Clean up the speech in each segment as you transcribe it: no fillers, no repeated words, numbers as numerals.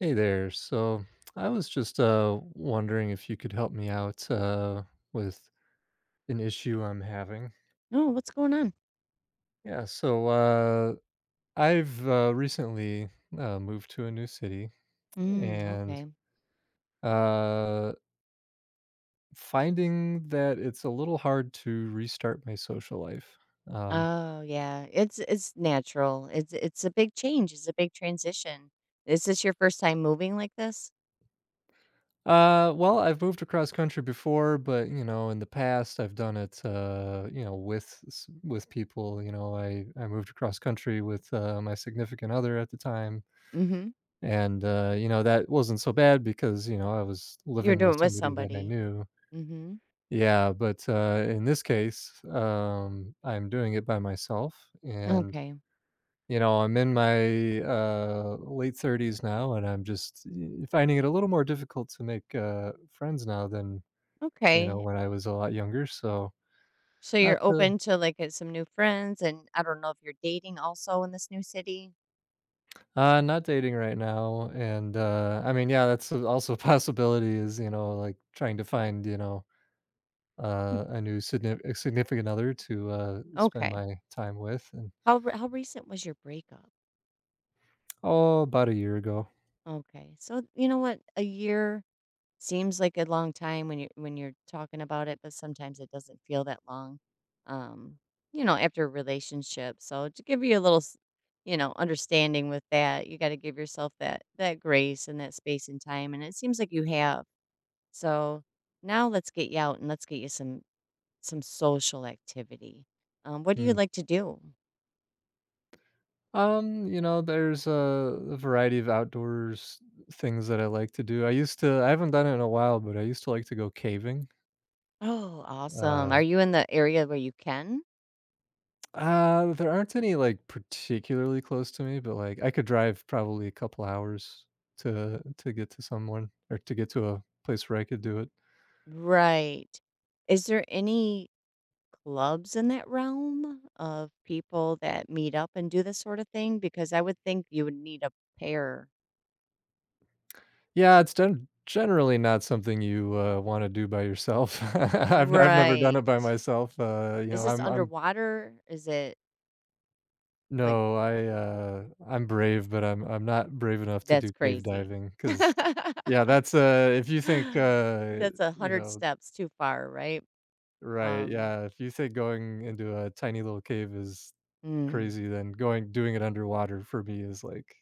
Hey there. So I was just wondering if you could help me out with an issue I'm having. No, what's going on? Yeah, so I've recently moved to a new city Mm, and okay. uh finding that it's a little hard to restart my social life. Um Oh, yeah. It's natural. It's a big change. It's a big transition. Is this your first time moving like this? Well, I've moved across country before, but you know, in the past, I've done it, you know, with people. You know, I moved across country with my significant other at the time, Mm-hmm. and you know, that wasn't so bad because, you know, I was You're living doing with it with somebody that I somebody. knew. Mm-hmm. Yeah, but in this case, I'm doing it by myself, and, Okay. you know, I'm in my late 30s now, and I'm just finding it a little more difficult to make friends now than, you know, Okay. when I was a lot younger, so So not you're to open to some new friends, and I don't know if you're dating also in this new city. Not dating right now, and, I mean, yeah, that's also a possibility is, you know, like, trying to find, you know, a new signif a significant other to, spend Okay. my time with, and How recent was your breakup? oh, about a year ago. Okay. So you know what? A year seems like a long time when you're talking about it, but sometimes it doesn't feel that long, um, you know, after a relationship. So to give you a little, you know, understanding with that, you got to give yourself that grace and that space and time, and it seems like you have. So now let's get you out and let's get you some social activity. What do you Mm. like to do? You know, there's a variety of outdoors things that I like to do. I used to I haven't done it in a while, but I used to like to go caving. Oh, awesome. uh Are you in the area where you can? There aren't any, like, particularly close to me, but, like, I could drive probably a couple hours to get to someone or to get to a place where I could do it. Right. Is there any clubs in that realm of people that meet up and do this sort of thing? Because I would think you would need a pair. Yeah, it's generally not something you, wanna do by yourself. I've never done it Right. by myself, you Is know, this I'm underwater? Is it like no, I, I'm brave, but I'm not brave enough to that's do cave crazy? diving because yeah, that's, if you think, That's a you hundred know steps too far, right? Right, Um. yeah, if you say going into a tiny little cave is mm. crazy, then going doing it underwater for me is, like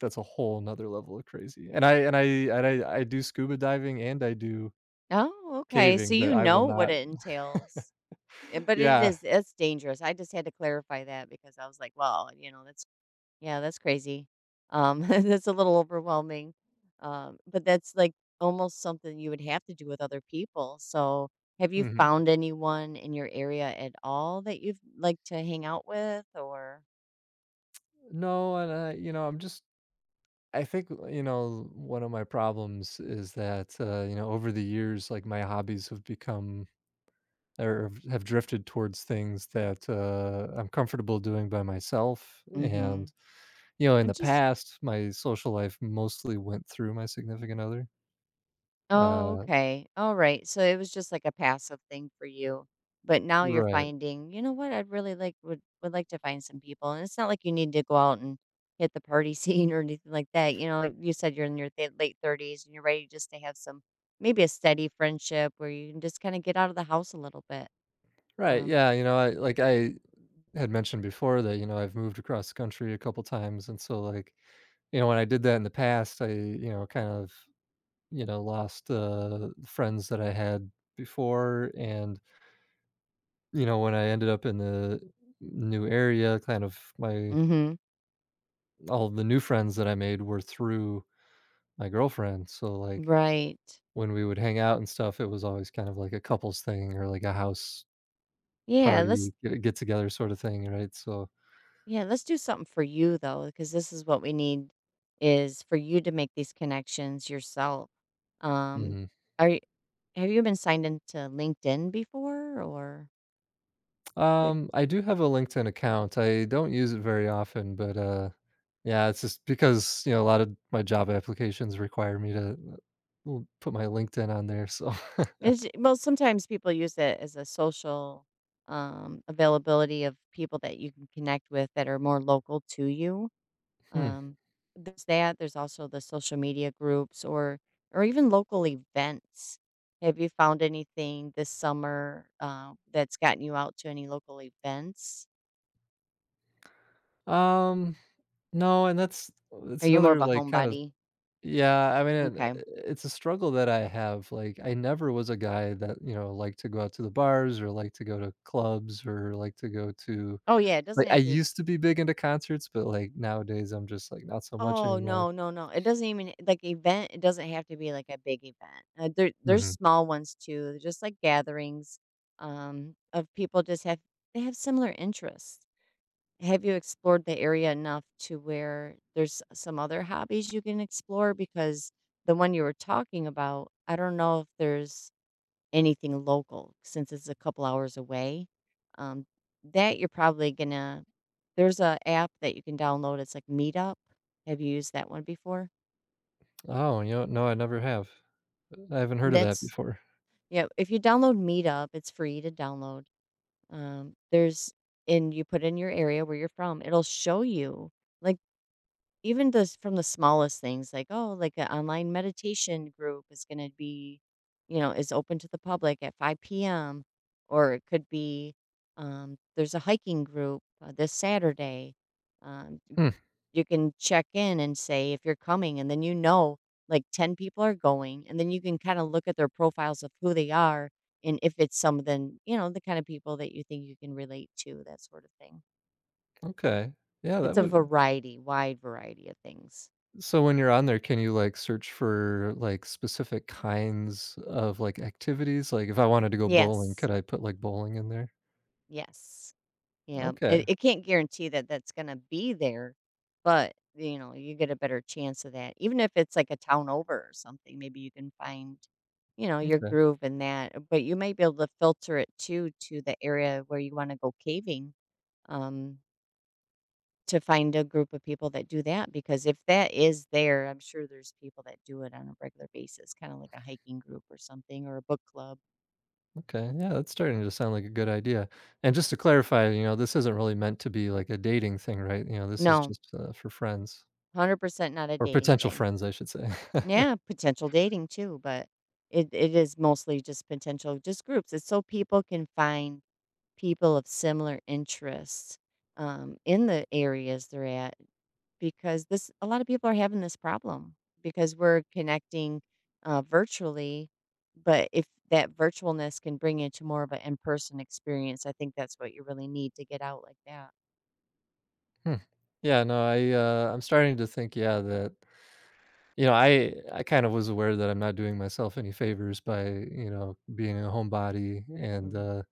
that's a whole 'nother level of crazy, and I do scuba diving and I do Oh, okay. So caving, but you I will know what not. it entails. But it Yeah, is, it's dangerous. I just had to clarify that because I was like, well, you know, that's... Yeah, that's crazy. That's a little overwhelming. But that's like almost something you would have to do with other people. So, have you mhm. found anyone in your area at all that you'd like to hang out with or? No, and I, you know, I think, you know, one of my problems is that, you know, over the years, like, my hobbies have become or have drifted towards things that, I'm comfortable doing by myself. And Mhm. you know, in the Which is past, my social life mostly went through my significant other. Oh, Uh, okay. All right. So it was just like a passive thing for you. But now you're right. finding, you know what, I'd really like, would like to find some people. And it's not like you need to go out and hit the party scene or anything like that. You know, like you said, you're in your late 30s and you're ready just to have some, maybe a steady friendship where you can just kind of get out of the house a little bit. Right, Um yeah, you know, I had mentioned before that, you know, I've moved across the country a couple times, and so, like, you know, when I did that in the past, I, you know, kind of, you know, lost, friends that I had before, and, you know, when I ended up in the new area, kind of my mhm. all the new friends that I made were through my girlfriend, so, like, Right. when we would hang out and stuff, it was always kind of like a couples thing, or like a house Yeah, let's party, get together sort of thing, right? So, Yeah, let's do something for you though, because this is what we need is for you to make these connections yourself. Um, mhm. are you, have you been signed into LinkedIn before? Or like, I do have a LinkedIn account. I don't use it very often, but, yeah, it's just because, you know, a lot of my job applications require me to, l put my LinkedIn on there, so. it's, well, sometimes people use it as a social, availability of people that you can connect with that are more local to you. Hmm. Um, there's also the social media groups, or even local events. Have you found anything this summer, that's gotten you out to any local events? Um, no, and that's Are it's you more of another, a like, kind of homebody? yeah, I mean, it Okay. it's a struggle that I have, like, I never was a guy that, you know, liked to go out to the bars or liked to go to clubs or liked to go to Oh, yeah, it like, doesn't I have to... used to be big into concerts, but, like, nowadays, I'm just, like, not so much Oh, anymore. no, no, no. It doesn't even like, event, it doesn't have to be, like, a big event. There there's Mhm. small ones too, just, like, gatherings, of people just have, they have similar interests. Have you explored the area enough to where there's some other hobbies you can explore? Because the one you were talking about, I don't know if there's anything local since it's a couple hours away. Um, that you're probably gonna, there's a app that you can download. It's like Meetup. Have you used that one before? Oh, you know, no, I never have. I haven't heard of that That's, before. yeah, if you download Meetup, it's free to download. Um, there's, and you put in your area where you're from, it'll show you like, even those from the smallest things, like, oh, like an online meditation group is going to be, you know, is open to the public at 5 p.m. Or it could be, there's a hiking group this Saturday. Um, Hmm, you can check in and say if you're coming, and then you know, like 10 people are going, and then you can kind of look at their profiles of who they are, and if it's some of them, you know, the kind of people that you think you can relate to, that sort of thing. okay. Yeah, It's that a would variety, wide variety of things. so when you're on there, can you, like, search for, like, specific kinds of, like, activities? Like, if I wanted to go bowling, Yes. could I put, like, bowling in there? Yes. Yeah. It, Okay, it can't guarantee that that's going to be there, but you know, you get a better chance of that. Even if it's like a town over or something, maybe you can find, you know, your okay. groove in that. But you might be able to filter it too to the area where you want to go caving, um, to find a group of people that do that. Because if that is there, I'm sure there's people that do it on a regular basis, kind of like a hiking group or something, or a book club. Okay, yeah, that's starting to sound like a good idea. And just to clarify, you know, this isn't really meant to be like a dating thing, right? You know, this is No, just for friends 100% not a or dating potential thing. friends, I should say. Yeah, potential dating too, but it is mostly just potential, just groups. It's so people can find people of similar interests in the areas they're at, because this, a lot of people are having this problem because we're connecting virtually, but if that virtualness can bring you to more of an in person experience, I think that's what you really need, to get out like that. Hmm. Yeah, no, I I'm starting to think, yeah, that, you know, I kind of was aware that I'm not doing myself any favors by, you know, being a homebody, and Mm,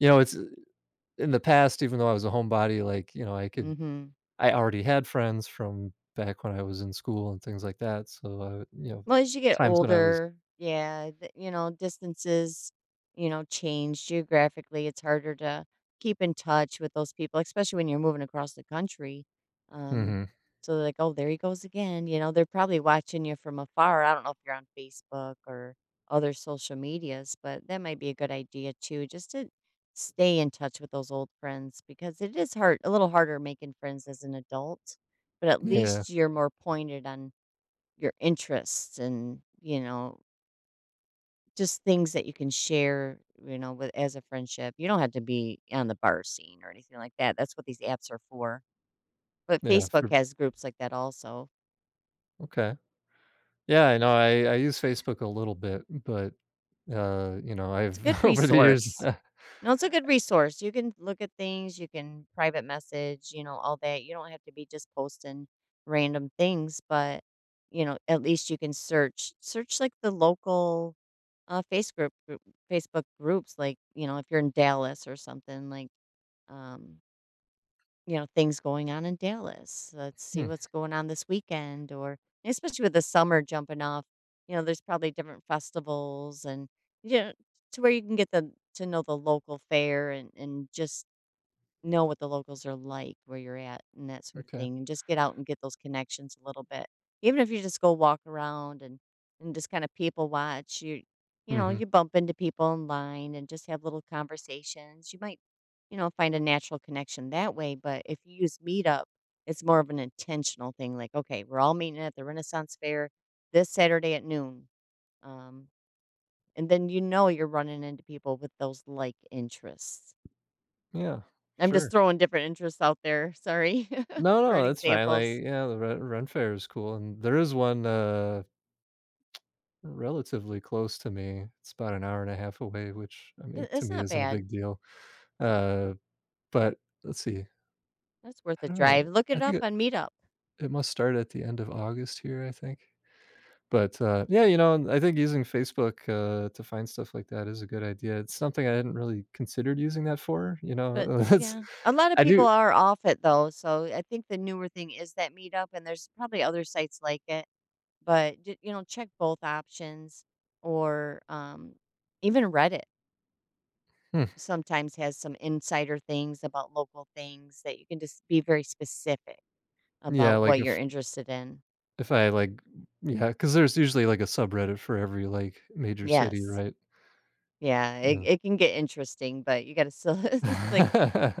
you know, it's in the past, even though I was a homebody, like, you know, I could mm-hmm. I already had friends from back when I was in school and things like that, so, you know, Well, as you get times when I was older, yeah, you know, distances, you know, change geographically. It's harder to keep in touch with those people, especially when you're moving across the country. Um, mhm. so they're like, oh, there he goes again. You know, they're probably watching you from afar. I don't know if you're on Facebook or other social medias, but that might be a good idea too, just to stay in touch with those old friends, because it is hard, a little harder making friends as an adult, but at Yeah, least you're more pointed on your interests, and you know, just things that you can share, you know, with, as a friendship. You don't have to be on the bar scene or anything like that. That's what these apps are for. But yeah, Facebook for has groups like that also. okay. Yeah, I know, I use Facebook a little bit, but, you know, I've It's a good over the years. resource. No, it's a good resource. You can look at things, you can private message, you know, all that. You don't have to be just posting random things, but you know, at least you can search like the local Facebook group, Facebook groups, like, you know, if you're in Dallas or something, like, um you know, things going on in Dallas. Let's see Hmm, what's going on this weekend, or especially with the summer jumping off, you know, there's probably different festivals, and you know, to where you can get the, to know the local fair, and just know what the locals are like where you're at, and that sort of okay. thing, and just get out and get those connections a little bit. Even if you just go walk around and just kinda people watch, you know, Mhm. you bump into people in line and just have little conversations. You might, you know, find a natural connection that way, but if you use Meetup, it's more of an intentional thing, like, "Okay, we're all meeting at the Renaissance Fair this Saturday at noon," um, and then you know you're running into people with those like interests. Yeah, I'm just sure. throwing different interests out there, sorry, No, for an no, that's fine, examples. like, yeah, the run Ren Fair is cool, and there is one, relatively close to me. It's about an hour and a half away, which, I Th mean, to it's me not isn't a bad. big deal, uh, but let's see. That's worth a I don't know. drive. Look it I up think on Meetup, it must start at the end of August here, I think. But, yeah, you know, and I think using Facebook, to find stuff like that is a good idea. It's something I hadn't really considered using that for, you but, know. That's yeah. A lot of I people do are off it, though, so I think the newer thing is that Meetup, and there's probably other sites like it, but ju you know, check both options, or, um, even Reddit hmm, sometimes has some insider things about local things, that you can just be very specific yeah, about like, what you're interested in. if I, like, yeah, because there's usually, like, a subreddit for every, like, major city, Yes. right? Yeah, it Yeah. it can get interesting, but you gotta still like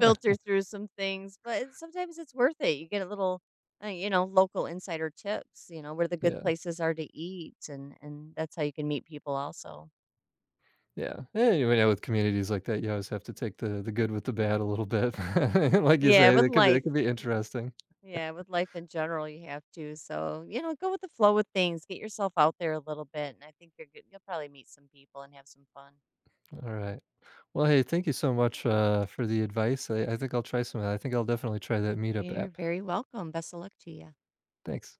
filter through some things, but it- sometimes it's worth it. You get a little, you know, local insider tips, you know, where the good Yeah, places are to eat, and that's how you can meet people also. yeah. Anyway, yeah, with communities like that, you always have to take the good with the bad a little bit. Like you Yeah, say, with they life. could be interesting. Yeah, with life in general, you have to. So you know, go with the flow with things. Get yourself out there a little bit, and I think you're good. You'll probably meet some people and have some fun. All right. Well, hey, thank you so much for the advice. I think I'll try some of that. I think I'll definitely try that Meetup You're app. very welcome. Best of luck to you. Thanks.